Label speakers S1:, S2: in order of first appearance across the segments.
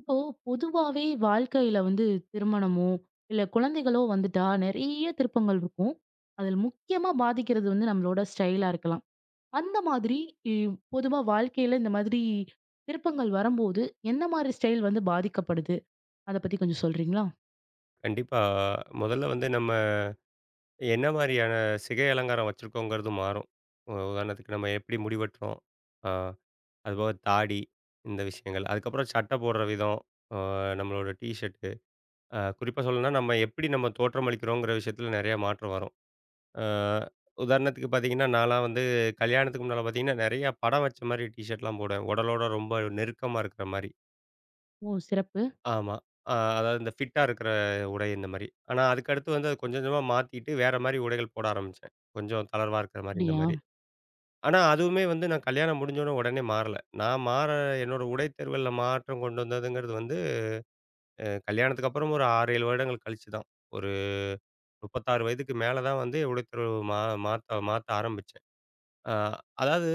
S1: இப்போ பொதுவாவே வாழ்க்கையில வந்து திருமணமோ, இல்ல குழந்தைகளோ வந்துட்டா நெறைய திருப்பங்கள் இருக்கும். அதில் முக்கியமா பாதிக்கிறது வந்து நம்மளோட ஸ்டைலா இருக்கலாம். அந்த மாதிரி இ பொதுவா வாழ்க்கையில இந்த மாதிரி திருப்பங்கள் வரும்போது, எந்த மாரி ஸ்டைல் வந்து பாதிக்கப்படுது? அத பத்தி கொஞ்சம் சொல்றீங்களா?
S2: கண்டிப்பா. முதல்ல வந்து நம்ம என்ன மாரியான சிகை அலங்காரம் வச்சிருக்கோங்கிறது மாறும். உதாரணத்துக்கு நம்ம எப்படி முடி வெட்டுறோம், அ அதுபோக தாடி இந்த விஷயங்கள். அதுக்கப்புறம் சட்டை போடுற விதம், அ நம்மளோட டீ ஷர்ட்டு, குறிப்பா சொல்லணும்னா நம்ம எப்படி நம்ம தோற்றமளிக்கிறோங்கிற விஷயத்துல நெறைய மாற்றம் வரும். அ உதாரணத்துக்கு பார்த்தீங்கன்னா, நான்லாம் வந்து கல்யாணத்துக்கு முன்னால பார்த்தீங்கன்னா, நெறைய படம் வச்ச மாரி டீ ஷர்ட்லாம் போடுவேன். உடலோட ரொம்ப நெருக்கமா இருக்கிற மாரி.
S1: ஓ! சிறப்பு.
S2: ஆமா. அ அதாவது இந்த ஃபிட்டா இருக்கிற உடை இந்த மாரி. ஆனா அதுக்கு அடுத்து வந்து அது கொஞ்சம் கொஞ்சமா மாத்திட்டு வேற மாரி உடைகள் போட ஆரம்பிச்சேன். கொஞ்சம் தளர்வா இருக்கிற மாரி இந்த
S1: அப்படியா?
S2: மாரி. ஆனா அதுவுமே வந்து நான் கல்யாணம் முடிஞ்சோன உடனே மாறல. நான் மாற என்னோட உடை தேர்வுகள்ல மாற்றம் கொண்டு வந்ததுங்கிறது வந்து கல்யாணத்துக்கு அப்புறம் ஒரு 6, 7 வருடங்கள் கழிச்சு தான். ஒரு 36 வயதுக்கு மேல தான் வந்து உடைத்தேர்வு மாத்த மாத்த ஆரம்பிச்சேன். அ அதாவது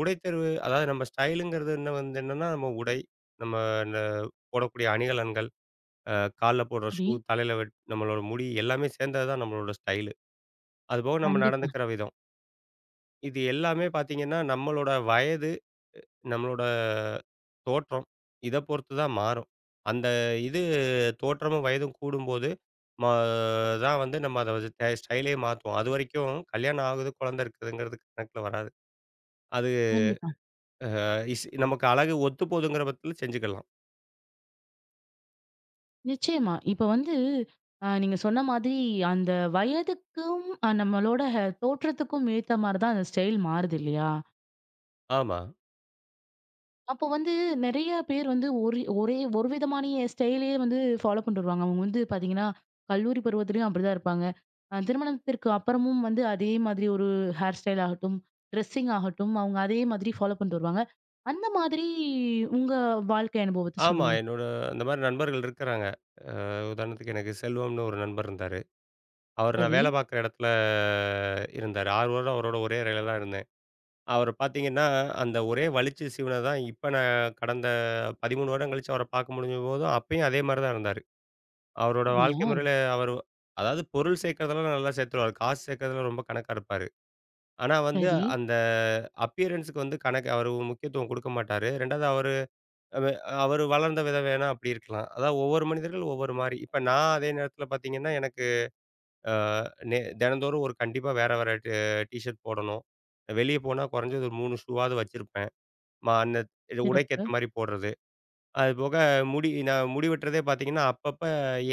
S2: உடைத்தேர்வு அதாவது நம்ம ஸ்டைலுங்கிறது என்ன வந்து என்னன்னா, நம்ம உடை, நம்ம இந்த போடக்கூடிய அணிகலன்கள். அ கால்ல போடுற
S1: சரி.
S2: ஷூ, தலையில வெட் நம்மளோட முடி எல்லாமே சேர்ந்தது தான் நம்மளோட ஸ்டைலு. அதுபோக நம்ம
S1: கண்டிப்பா,
S2: நடந்துக்கிற விதம். இது எல்லாமே பார்த்தீங்கன்னா, நம்மளோட வயது, நம்மளோட தோற்றம் இத பொறுத்து தான் மாறும். அந்த இது தோற்றமும் வயதும் கூடும்போது, மா தான் வந்து நம்ம அத வந்து ஸ்டைலே மாத்துவோம். அதுவரைக்கும் கல்யாணம் ஆகுது, குழந்தை இருக்குதுங்கிறது கணக்குல வராது. அது
S1: கண்டிப்பா.
S2: இஸ் நமக்கு அழகு ஒத்து போதுங்கிற பட்சத்துல செஞ்சுக்கலாம்.
S1: நிச்சயமா. இப்ப வந்து நீங்க சொன்ன மாதிரி அந்த வயதுக்கும் நம்மளோட தோற்றத்துக்கும் ஏத்த மாரி தான் அந்த ஸ்டைல் மாறுது இல்லையா?
S2: ஆமா.
S1: அப்போ வந்து நெறைய பேர் வந்து ஒரே ஒரு விதமானயே ஸ்டைலே வந்து ஃபாலோ பண்ணிட்டு வருவாங்க. அவங்க வந்து பார்த்தீங்கன்னா, கல்லூரி பருவத்திலயும் அப்படிதான் இருப்பாங்க. திருமணத்திற்கு அப்புறமும் வந்து அதே மாதிரி ஒரு ஹேர் ஸ்டைல் ஆகட்டும், ட்ரெஸ்ஸிங் ஆகட்டும், அவங்க அதே மாதிரி ஃபாலோ பண்ணிட்டு வருவாங்க. அந்த மாதிரி உங்க வாழ்க்கை அனுபவத்த
S2: ஆமா.
S1: சொல்லுங்க.
S2: என்னோட அந்த மாரி நண்பர்கள் இருக்கிறாங்க. அ உதாரணத்துக்கு எனக்கு செல்வம்னு ஒரு நண்பர் இருந்தாரு. அவரு நான்
S1: சரி.
S2: வேலை பார்க்குற இடத்துல இருந்தாரு. 6 வருடம் அவரோட ஒரே அறையில தான் இருந்தேன். அவர பார்த்தீங்கன்னா, அந்த ஒரே வலிச்சு சீவுனது தான் இப்ப நான் கடந்த 13 வருடம் கழிச்சு அவர பார்க்க முடிஞ்சபோதும், அப்பயும் அதே மாரி தான் இருந்தாரு. அவரோட
S1: அப்படியா?
S2: வாழ்க்கை முறையில அவரு அதாவது பொருள் சேர்க்கிறதெல்லாம் நல்லா சேர்த்துருவாரு. காசு சேர்க்கிறதுல ரொம்ப கணக்கா இருப்பாரு. ஆனா வந்து
S1: சரி.
S2: அந்த அப்பியரன்ஸுக்கு வந்து கணக்கு அவரு முக்கியத்துவம் குடுக்க மாட்டாரு. 2வது அவரு அவ அவரு வளர்ந்த விதம் வேணா அப்பிடி இருக்கலாம். அதாவது ஒவ்வொரு மனிதர்கள் ஒவ்வொரு மாரி. இப்ப நான் அதே நேரத்தில பார்த்தீங்கன்னா, எனக்கு அ நெ தினந்தோறும் ஒரு கண்டிப்பா வேற வேற டீஷர்ட் போடணும். வெளிய போனா குறைஞ்சது ஒரு 3 ஷூவாவது வச்சிருப்பேன். அந்த உடைக்கு
S1: சிறப்பு.
S2: ஏத்த மாரி போடுறது. அது போக முடி நான் முடி வெட்டுறதே பார்த்தீங்கன்னா, அப்பப்ப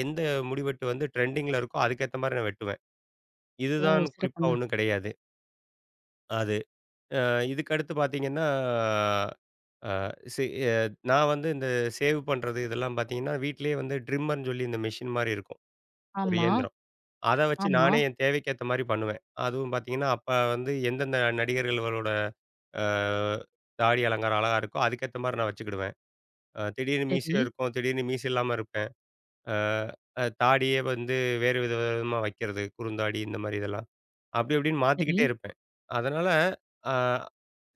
S2: எந்த முடி வெட்டு வந்து ட்ரெண்டிங்கில இருக்கோ அதுக்கேத்த மாரி நான் வெட்டுவேன்.
S1: ஓ!
S2: இதுதான் குறிப்பா
S1: சிறப்புங்க.
S2: ஒண்ணும் கிடையாது. அது. இதுக்கு அடுத்து பார்த்தீங்கன்னா, அ சி அ நான் வந்து இந்த சேவ் பண்றது இதெல்லாம் பார்த்தீங்கன்னா, வீட்லயே வந்து ட்ரிம்மர்ன்னு சொல்லி இந்த மெஷின் மாரி இருக்கும். ஒரு
S1: ஆமா,
S2: இயந்திரம். அத வச்சு
S1: ஆமா.
S2: நானே என் தேவைக்கு ஏத்த மாரி பண்ணுவேன். அதுவும் பார்த்தீங்கன்னா, அப்ப வந்து எந்தெந்த நடிகர்கள்களோட அ தாடி அலங்காரம் அழகா இருக்கோ, அதுக்கேத்த மாரி நான் வச்சுக்கிடுவேன். திடீர்னு மீசை
S1: சரி,
S2: இருக்கும், திடீர்னு மீசை இல்லாம இருப்பேன். அ அ தாடியே வந்து வேறு வித விதமா வைக்கிறது, குறுந்தாடி இந்த மாரி இதெல்லாம். அப்படி இப்படின்னு
S1: சரி.
S2: மாத்திக்கிட்டே இருப்பேன். அதனால அ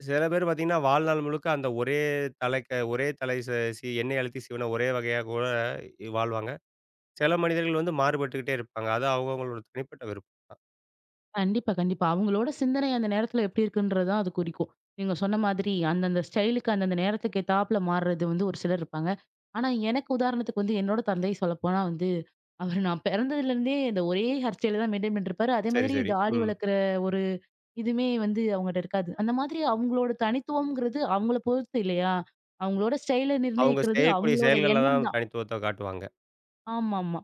S2: சில பேர் பார்த்தீங்கன்னா, வாழ்நாள் முழுக்க அந்த ஒரே தலைக்கு ஒரே தலை ச சி எண்ணெய் அழுத்தி சீவுன ஒரே வகையா கூட வாழ்வாங்க. சில மனிதர்கள் வந்து மாறுபட்டுக்கிட்டே இருப்பாங்க. அது அவங்கவங்களோட தனிப்பட்ட விருப்பம்.
S1: கண்டிப்பா, கண்டிப்பா. அவங்களோட சிந்தனை அந்த நேரத்துல எப்படி இருக்குன்றது தான் அது குறிக்கும். நீங்க சொன்ன மாதிரி அந்தந்த ஸ்டைலுக்கு அந்தந்த நேரத்துக்கு ஏத்தாப்புல மாறுறது வந்து ஒரு சிலர் இருப்பாங்க. ஆனா எனக்கு உதாரணத்துக்கு வந்து என்னோட தந்தை சொல்லப்போனா வந்து, அவரு நான் பிறந்ததுலருந்தே இந்த ஒரே ஹேர் ஸ்டைல தான் மெயின்டெயின் பண்ணிட்டுருப்பாரு. அதே
S2: சரி,
S1: மாதிரி
S2: சரி.
S1: தாடி
S2: ம்.
S1: வளர்க்குற ஒரு இதுவுமே வந்து அவங்கட்ட இருக்காது. அந்த மாதிரி அவங்களோட தனித்துவம்ங்கிறது அவங்கள பொறுத்து இல்லையா? அவங்களோட ஸ்டைல
S2: அவங்க
S1: நிர்ணயிக்கிறது
S2: செய்யக்கூடிய
S1: அவங்களோட
S2: செயல்கள்ல
S1: எண்ணம்
S2: தான்
S1: தான்.
S2: தனித்துவத்த காட்டுவாங்க.
S1: ஆமாமா.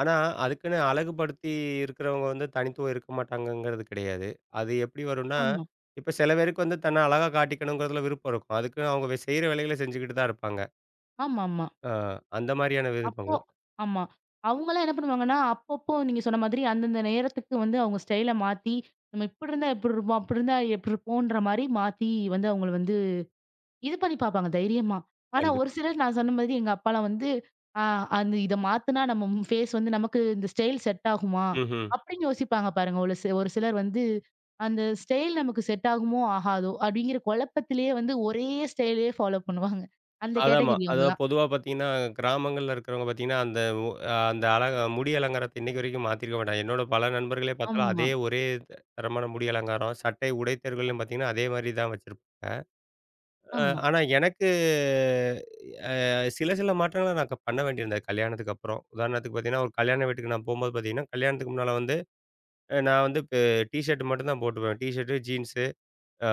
S2: ஆனா, அதுக்குன்னு அழகுபடுத்தி இருக்கிறவங்க வந்து தனித்துவம் இருக்க மாட்டாங்கங்கிறது கிடையாது. அது எப்படி வரும்னா,
S1: ஆமா.
S2: இப்ப சில பேருக்கு வந்து தன்ன அழகா காட்டிக்கணுங்கிறதுல விருப்பம் இருக்கும். அதுக்குன்னு அவங்க செய்ற வேலைகள செஞ்சுக்கிட்டு தான் இருப்பாங்க.
S1: ஆமாமா.
S2: அ அந்த மாரியான
S1: அப்போ
S2: விருப்பங்கள்.
S1: ஆமா. அவங்கலாம் என்ன பண்ணுவாங்கன்னா, அப்பப்போ நீங்க சொன்ன மாதிரி அந்தந்த நேரத்துக்கு வந்து அவங்க ஸ்டைல மாத்தி, நம்ம இப்படி இருந்தா எப்படி இருப்போம், அப்படி இருந்தா எப்படி இருப்போம்ன்ற மாரி மாத்தி வந்து அவங்கள வந்து இது பண்ணி பார்ப்பாங்க தைரியமா. ஆனா ஒரு
S2: கண்டிப்பா.
S1: சிலர் நான் சொன்ன மாதிரி எங்க அப்பாலாம் வந்து, ஆ அந்த இத மாத்துனா நம்ம ஃபேஸ் வந்து நமக்கு இந்த ஸ்டைல் செட் ஆகுமா?
S2: ம்ஹ்ம்.
S1: அப்படின்னு யோசிப்பாங்க பாருங்க. ஒரு சிலர் வந்து அந்த ஸ்டைல் நமக்கு செட் ஆகுமோ, ஆகாதோ அப்படிங்கிற குழப்பத்திலேயே வந்து ஒரே ஸ்டைலே ஃபாலோ பண்ணுவாங்க. அந்த
S2: அதாம்மா.
S1: கேட்டகரி
S2: அதாவது
S1: அவங்கலாம்.
S2: பொதுவா பார்த்தீங்கன்னா, கிராமங்கள்ல இருக்கிறவங்க பார்த்தீங்கன்னா, அந்த ஒ அந்த அழக முடி அலங்காரத்த இன்னைக்கு வரைக்கும் மாத்திருக்க மாட்டாங்க. என்னோட பல நண்பர்களே பார்த்தாலும்
S1: ஆமா,
S2: அதே ஒரே த தரமான முடி அலங்காரம், சட்டை, உடை தேர்வுகள்லயும் பார்த்தீங்கன்னா, அதே மாரி தான் வச்சிருப்பாங்க.
S1: ஆமா.
S2: ஆனா எனக்கு அ சில சில மாற்றங்கள நான் பண்ண வேண்டியிருந்தது கல்யாணத்துக்கு அப்புறம். உதாரணத்துக்கு பார்த்தீங்கன்னா, ஒரு கல்யாண வீட்டுக்கு நான் போம்போது பார்த்தீங்கன்னா, கல்யாணத்துக்கு முன்னால வந்து நான் வந்து இப்ப டீ ஷர்ட் மட்டும் தான் போட்டுப்பேன். டீ ஷர்ட்டு, ஜீன்ஸு அ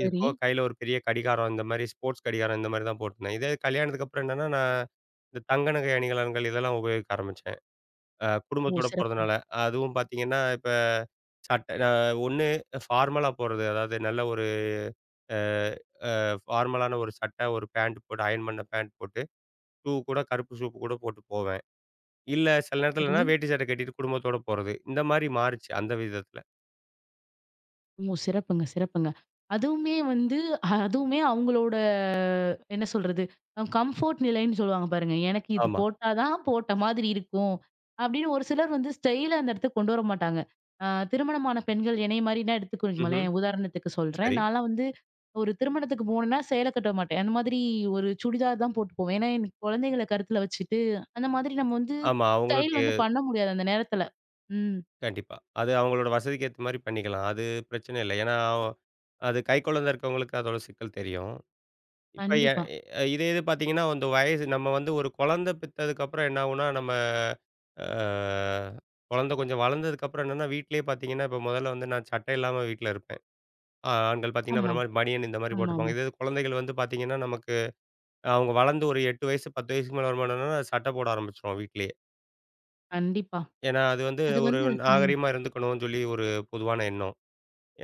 S2: இது போக கையில ஒரு பெரிய கடிகாரம் இந்த மாரி ஸ்போர்ட்ஸ் கடிகாரம் இந்த மாரி தான் போட்டுருந்தேன். இதே கல்யாணத்துக்கு அப்புறம் என்னன்னா, நான் இந்த தங்க நகை அணிகலன்கள் இதெல்லாம் உபயோகிக்க ஆரம்பிச்சேன்.
S1: ஓ!
S2: குடும்பத்தோட
S1: சிறப்பு.
S2: போறதுனால. அதுவும் பார்த்தீங்கன்னா, இப்ப நான் ஒண்ணு ஃபார்மலா போறது. அதாவது நல்ல ஒரு அ ஃபார்மலான ஒரு சட்டை, ஒரு பேண்ட் போட்டு அயர்ன் பண்ண பேண்ட் போட்டு, ஷூ கூட கருப்பு ஷூ கூட போட்டு போவேன். இல்ல சில
S1: சரி.
S2: நேரத்துலன்னா வேட்டி சட்டை கட்டிட்டு குடும்பத்தோட போறது. இந்த மாரி மாறுச்சு அந்த விதத்துல.
S1: ஓ! சிறப்புங்க, சிறப்புங்க. அதுவுமே வந்து அதுவுமே அவங்களோட என்ன சொல்றது? கம்ஃபோர்ட் நிலைன்னு சொல்லுவாங்க பாருங்க. எனக்கு இது
S2: ஆமா.
S1: போட்டா தான் போட்ட மாதிரி இருக்கும். அப்படின்னு ஒரு சிலர் வந்து ஸ்டைலா அந்த இடத்துக்கு கொண்டு வர மாட்டாங்க. அ திருமணமான பெண்கள் என்னைய மாரினா
S2: ம்ஹ்ம்.
S1: எடுத்துக்கோங்களேன். உதாரணத்துக்கு சொல்றேன்.
S2: சரி.
S1: நான்லாம் வந்து ஒரு திருமணத்துக்கு போனேன்னா சேலை கட்ட மாட்டேன். அந்த மாதிரி ஒரு சுடிதார் தான் போட்டு போவேன். ஏன்னா, எனக்கு குழந்தைகள கருத்துல வச்சுட்டு, அந்த மாதிரி நம்ம வந்து
S2: ஆமா.
S1: ஸ்டைல்
S2: அவங்களுக்கு
S1: வந்து பண்ண முடியாது அந்த நேரத்துல. ம்.
S2: கண்டிப்பா. அது அவங்களோட வசதிக்கு ஏத்த மாரி பண்ணிக்கலாம். அது பிரச்சனை இல்ல. ஏன்னா, அது கைக்குழந்த இருக்கவங்களுக்கு அதோட சிக்கல் தெரியும். இப்ப எ
S1: கண்டிப்பா.
S2: அ இதே இது பார்த்தீங்கன்னா, அந்த வயசு நம்ம வந்து ஒரு குழந்தை பெத்ததுக்கப்புறம் என்ன ஆகும்னா, நம்ம அ குழந்தை கொஞ்சம் வளர்ந்ததுக்கப்புறம் என்னன்னா, வீட்லயே பார்த்தீங்கன்னா, இப்ப முதல்ல வந்து நான் சட்டை இல்லாம வீட்ல இருப்பேன். ஆண்கள் பார்த்தீங்கன்னா,
S1: ஆமா.
S2: அப்புறமா பனியன் இந்த மாரி
S1: ஆமாமா.
S2: போட்டிருப்பாங்க. இதே இது குழந்தைகள் வந்து பார்த்தீங்கன்னா, நமக்கு அவங்க வளர்ந்து ஒரு 8 வயசு, 10 வயசுக்கு மேல வருமானம்னா, சட்டை போட ஆரம்பிச்சுருவோம் வீட்லயே.
S1: கண்டிப்பா.
S2: ஏன்னா, அது வந்து
S1: அது
S2: ஒரு
S1: வந்து ம்.
S2: நாகரீகமா இருந்துக்கணும்னு சொல்லி ஒரு பொதுவான எண்ணம்.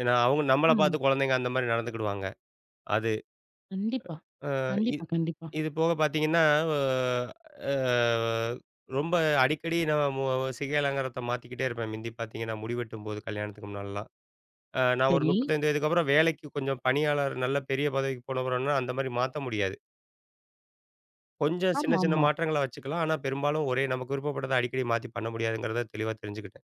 S2: ஏன்னா, அவங்க நம்மள
S1: ஆமா.
S2: பார்த்து குழந்தைங்க அந்த மாரி நடந்துக்கிடுவாங்க. அது.
S1: கண்டிப்பா,
S2: அ இ
S1: கண்டிப்பா, கண்டிப்பா.
S2: இது போக பார்த்தீங்கன்னா, அ அ ரொம்ப அடிக்கடி நான் சிகை அலங்காரத்த மாத்திக்கிட்டே இருப்பேன். முந்தி பார்த்தீங்கன்னா, முடி வெட்டும்போது கல்யாணத்துக்கு முன்னாலலாம். நான் ஒரு
S1: சரி.
S2: 35 வயதுக்கு அப்புறம் வேலைக்கு கொஞ்சம் பணியாளர் நல்ல பெரிய பதவிக்கு போனப்புறம்னா, அந்த மாரி மாத்த முடியாது. கொஞ்சம் சின்ன
S1: ஆமாமா.
S2: சின்ன
S1: ஆமா.
S2: மாற்றங்கள வச்சுக்கலாம். ஆனா பெரும்பாலும் ஒரே நமக்கு விருப்பப்பட்டத அடிக்கடி மாத்தி பண்ண முடியாதுங்கிறத தெளிவா தெரிஞ்சுக்கிட்டேன்.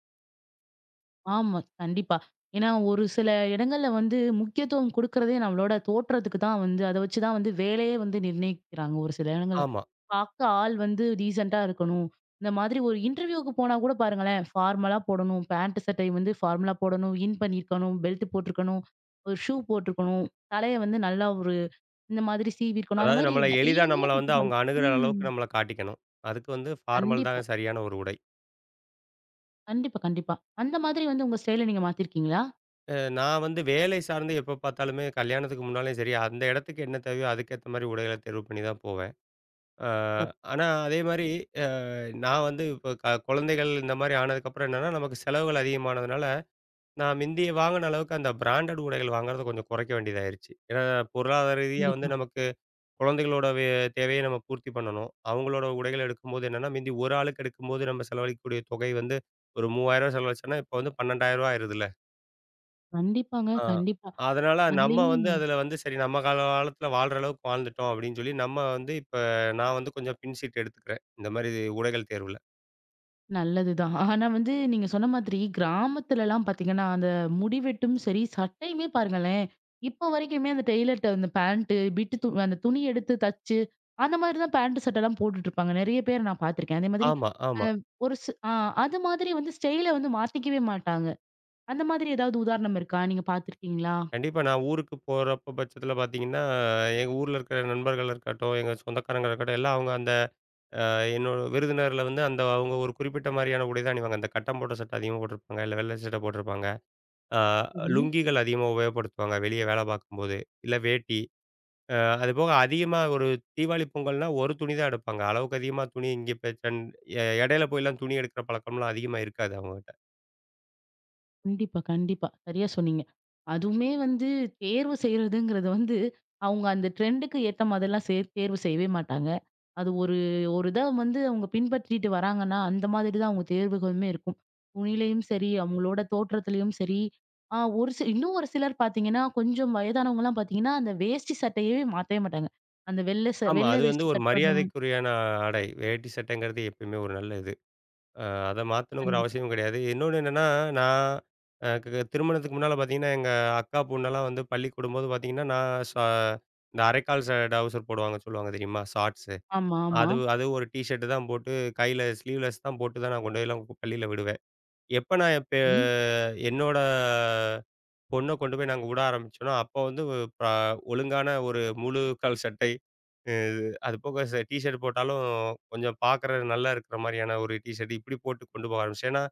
S1: ஆமா கண்டிப்பா. ஏன்னா ஒரு சில இடங்கள்ல வந்து முக்கியத்துவம் குடுக்குறதே நம்மளோட தோற்றத்துக்கு தான் வந்து அத வச்சு தான் வந்து வேலையே வந்து நிர்ணயிக்கிறாங்க ஒரு சில இடங்கள்ல.
S2: ஆமா.
S1: பாக்க ஆள் வந்து டீசென்ட்டா இருக்கணும். இந்த மாதிரி ஒரு இன்டர்வியூக்கு போனா கூட பாருங்களேன், ஃபார்மலா போடணும். பேண்ட் சட்டை வந்து ஃபார்மலா போடணும். இன் பண்ணியிருக்கணும். பெல்ட் போட்டிருக்கணும். ஒரு ஷூ போட்டிருக்கணும். தலைய வந்து நல்லா ஒரு இந்த மாதிரி சீவி இருக்கணும். அந்த
S2: அதாவது
S1: மாதிரி
S2: நம்மள எளிதா
S1: நெறைய
S2: நம்மள வந்து
S1: கட்டுப்பாடு.
S2: அவங்க அணுகுற
S1: ம்.
S2: அளவுக்கு நம்மள காட்டிக்கணும். அதுக்கு வந்து ஃபார்மல்
S1: கண்டிப்பா,
S2: தான் சரியான ஒரு உடை.
S1: கண்டிப்பா, கண்டிப்பா. அந்த மாதிரி வந்து உங்க ஸ்டைல நீங்க மாத்திருக்கீங்களா?
S2: நான் வந்து வேலை சார்ந்து எப்ப பார்த்தாலுமே கல்யாணத்துக்கு முன்னாலேயும் சரி, அந்த இடத்துக்கு என்ன தேவையோ அதுக்கேத்த மாரி உடைகள தேர்வு பண்ணி தான் போவேன். அ
S1: சிறப்பு.
S2: ஆனா அதே மாரி அ நான் வந்து இப்ப குழந்தைகள் இந்த மாரி ஆனதுக்கப்புறம் என்னன்னா, நமக்கு செலவுகள் அதிகமானதுனால நான் மிந்தி வாங்குன அளவுக்கு அந்த பிராண்டட் உடைகள் வாங்குறத கொஞ்சம் குறைக்க வேண்டியதாயிருச்சு. ஏன்னா, பொருளாதார ரீதியா வந்து
S1: கண்டிப்பா.
S2: நமக்கு குழந்தைகளோட தேவைய நம்ம பூர்த்தி பண்ணணும். அவங்களோட உடைகள் எடுக்கும்போது என்னன்னா, மிந்தி ஒரு ஆளுக்கு எடுக்கும்போது நம்ம செலவழிக்கக்கூடிய தொகை வந்து ஒரு ரூ. 3,000 செலவழிச்சோம்னா, இப்ப வந்து ரூ. 12,000 ஆயிருதுல்ல.
S1: கண்டிப்பாங்க.
S2: ஆ.
S1: கண்டிப்பா.
S2: அதனால நம்ம
S1: அதுலயும்
S2: வந்து அதுல வந்து சரி நம்ம கால காலத்துல வாழ்ற அளவுக்கு வாழ்ந்துட்டோம் அப்படின்னு சொல்லி, நம்ம வந்து இப்ப நான் வந்து கொஞ்சம் பின் சீட்டு எடுத்துக்கிறேன். இந்த மாரி உடைகள் தேர்வுல.
S1: நல்லதுதான். ஆனா வந்து நீங்க சொன்ன மாதிரி கிராமத்துலலாம் பாத்தீங்கன்னா, அந்த முடி வெட்டும் சரி, சட்டையுமே பாருங்களேன், இப்போ வரைக்குமே அந்த டெய்லர்ட்ட அந்த பேண்ட் பிட்டு அந்த துணி எடுத்து தச்சு, அந்த மாதிரி தான் பேண்ட் சட்டைலாம் போட்டுட்டு இருப்பாங்க. நெறைய பேர நான் பாத்துருக்கேன். அதே மாதிரி
S2: ஆமா, ஆமா.
S1: அ ஒரு சி ஆ அது மாதிரி வந்து ஸ்டைல வந்து மாத்திக்கவே மாட்டாங்க. அந்த மாதிரி ஏதாவது உதாரணம் இருக்கா? நீங்க பார்த்துருக்கீங்களா?
S2: கண்டிப்பா. நான் ஊருக்கு போறப்ப பட்சத்தில பார்த்தீங்கன்னா, எங்க ஊர்ல இருக்கிற நண்பர்கள் இருக்கட்டும், எங்க சொந்தக்காரங்க இருக்கட்டும், எல்லாம் அவங்க அந்த என்னோட விருந்தினர்ல வந்து அந்த அவங்க ஒரு குறிப்பிட்ட மாரியான உடை தான் அணிவாங்க. அந்த கட்டம் போட்ட சட்டை அதிகமா போட்டிருப்பாங்க. இல்ல வெள்ளை சட்டை போட்டிருப்பாங்க. அ
S1: சரி.
S2: லுங்கிகள் அதிகமா உபயோகப்படுத்துவாங்க. வெளிய வேலை பார்க்கும்போது. இல்ல வேட்டி. அ அதுபோக அதிகமா ஒரு தீபாவளி, பொங்கல்னா ஒரு துணி தான் எடுப்பாங்க. அளவுக்கு அதிகமா துணி இங்க இப்ப சன் எ இடையில போய்லாம் துணி எடுக்கிற பழக்கம்லாம் அதிகமா இருக்காது அவங்ககிட்ட.
S1: கண்டிப்பா, கண்டிப்பா. சரியா சொன்னீங்க. அதுவுமே வந்து தேர்வு செய்றதுங்கிறது வந்து, அவங்க அந்த ட்ரெண்டுக்கு ஏத்த மாதிரிலாம் சே தேர்வு செய்யவே மாட்டாங்க. அது ஒரு ஒரு இத வந்து அவங்க பின்பற்றிட்டு வராங்கன்னா, அந்த மாதிரி தான் அவங்க தேர்வுகளுமே இருக்கும். துணியிலயும் சரி, அவங்களோட தோற்றத்திலயும் சரி, ஆ ஒரு சி இன்னும் ஒரு சிலர் பார்த்தீங்கன்னா, கொஞ்சம் வயதானவங்கலாம் பார்த்தீங்கன்னா, அந்த வேஷ்டி சட்டையவே மாத்தவே மாட்டாங்க. அந்த
S2: ஆமா.
S1: வெள்ள
S2: அது வந்து
S1: வேஷ்டி
S2: ஒரு
S1: கட்டுறதும்
S2: மரியாதைக்குரியான ஆடை. வேட்டி சட்டைங்கிறது எப்பயுமே ஒரு நல்ல அ அத மாத்தணுங்கிற
S1: கண்டிப்பா.
S2: அவசியம் கிடையாது. இன்னொன்னு என்னன்னா, நான் அ க திருமணத்துக்கு முன்னால பார்த்தீங்கன்னா, எங்க அக்கா பொண்ணெல்லாம் வந்து பள்ளிக்கு விடும்போது பார்த்தீங்கன்னா, நான் இந்த அரைக்கால் டவுசர் போடுவாங்க சொல்லுவாங்க தெரியுமா? ஷார்ட்ஸு.
S1: ஆமா, ஆமா.
S2: அது அது ஒரு டீ ஷர்ட் தான் போட்டு கையில ஸ்லீவ்லெஸ் தான் போட்டு தான் நான் கொண்டு போய்லாம் பள்ளியில விடுவேன். எப்ப நான் இப்ப என்னோட பொண்ண கொண்டு போய் நாங்க உட ஆரம்பிச்சோன்னா, அப்போ வந்து ப ஒழுங்கான ஒரு முழு கால் சட்டை, அ அது போக டீ ஷர்ட் போட்டாலும் கொஞ்சம் பார்க்குற நல்லா இருக்கிற மாரியான ஒரு டீ ஷர்ட் இப்படி போட்டு கொண்டு போக ஆரம்பிச்சேன். ஏன்னா,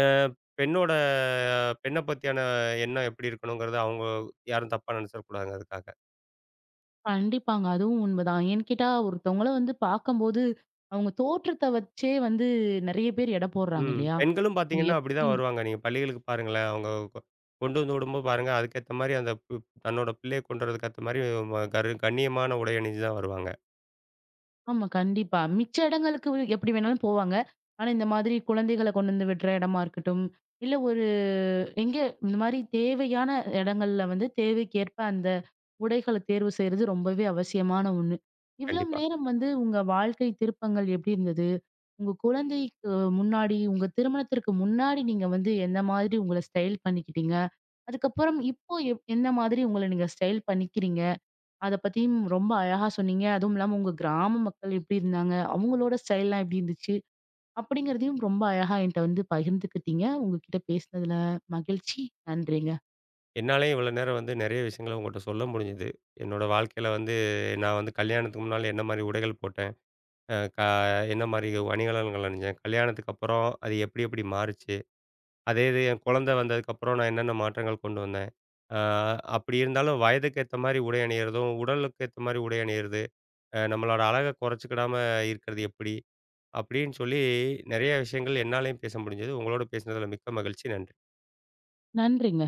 S2: என் பெண்ணோட பெண்ண பத்தியான எண்ணம் எப்படி இருக்கணுங்கிறத அவங்க யாரும் தப்பா நினைச்சிடக்கூடாதுங்க அதுக்காக.
S1: கண்டிப்பாங்க. அதுவும் உண்மதான். ஏன்னு கேட்டா, ஒருத்தவங்கள வந்து பார்க்கும்போது, அவங்க தோற்றத்த வச்சே வந்து நெறைய பேர் எடை போடுறாங்க
S2: ம்.
S1: இல்லையா?
S2: பெண்களும்
S1: அவங்க
S2: பார்த்தீங்கன்னா,
S1: எப்படி
S2: அப்படிதான் வருவாங்க. நீங்க பள்ளிகளுக்கு பாருங்களேன், அவங்க கொ கொண்டு வந்து விடும்போது பாருங்க, அதுக்கேத்த மாரி அந்த தன்னோட பிள்ளைய கொண்டு வரதுக்கு ஏத்த மாரி ம கரு கண்ணியமான உடை அணிஞ்சு தான் வருவாங்க.
S1: ஆமா, கண்டிப்பா. மிச்ச இடங்களுக்கு எப்படி வேணாலும் போவாங்க. ஆனா, இந்த மாதிரி குழந்தைகள கொண்டு வந்து விடுற இடமா இருக்கட்டும், இல்ல ஒரு எங்க இந்த மாரி தேவையான இடங்கள்ல வந்து தேவைக்கேற்ப அந்த உடைகள தேர்வு செய்றது ரொம்பவே அவசியமான ஒண்ணு. இவ்வளவு
S2: கண்டிப்பா.
S1: நேரம் வந்து உங்க வாழ்க்கை திருப்பங்கள் எப்படி இருந்தது? உங்க குழந்தைக்கு முன்னாடி, உங்க திருமணத்திற்கு முன்னாடி நீங்க வந்து எந்த மாதிரி உங்கள ஸ்டைல் பண்ணிக்கிட்டீங்க? அதுக்கப்புறம் இப்போ எந்த மாதிரி உங்கள நீங்க ஸ்டைல் பண்ணிக்கிறீங்க? அத பத்தியும் ரொம்ப அழகா சொன்னீங்க. அதுவும் இல்லாம உங்க கிராம மக்கள் எப்படி இருந்தாங்க? அவங்களோட ஸ்டைல்லாம் எப்படி இருந்துச்சு? அப்படிங்கிறதையும் ரொம்ப அழகா என்ட்ட வந்து பகிர்ந்துக்கிட்டீங்க. உங்ககிட்ட பேசினதுல மகிழ்ச்சி. நன்றிங்க.
S2: என்னாலயும் இவ்வளோ நேரம் வந்து நெறைய விஷயங்கள உங்கட்ட சொல்ல முடிஞ்சது. என்னோட வாழ்க்கையில வந்து நான் வந்து கல்யாணத்துக்கு முன்னால என்ன மாரி உடைகள் போட்டேன். அ க என்ன மாரி அணிகலன்கள் அணிஞ்சேன். கல்யாணத்துக்கு அப்புறம் அது எப்படி எப்படி மாறுச்சு. அதே இது என் குழந்தை வந்ததுக்கப்புறம் நான் என்னென்ன மாற்றங்கள் கொண்டு வந்தேன். அ அப்படி இருந்தாலும் வயதுக்கு ஏத்த மாரி உடை அணியிறதும், உடலுக்கு ஏத்த மாரி உடை அணியிறது, நம்மளோட அழக குறைச்சுக்கிடாம இருக்கிறது எப்படி? அப்படின்னு சொல்லி நெறைய விஷயங்கள் என்னாலயும் பேச முடிஞ்சது. உங்களோட பேசினதுல மிக்க மகிழ்ச்சி. நன்றி.
S1: நன்றிங்க.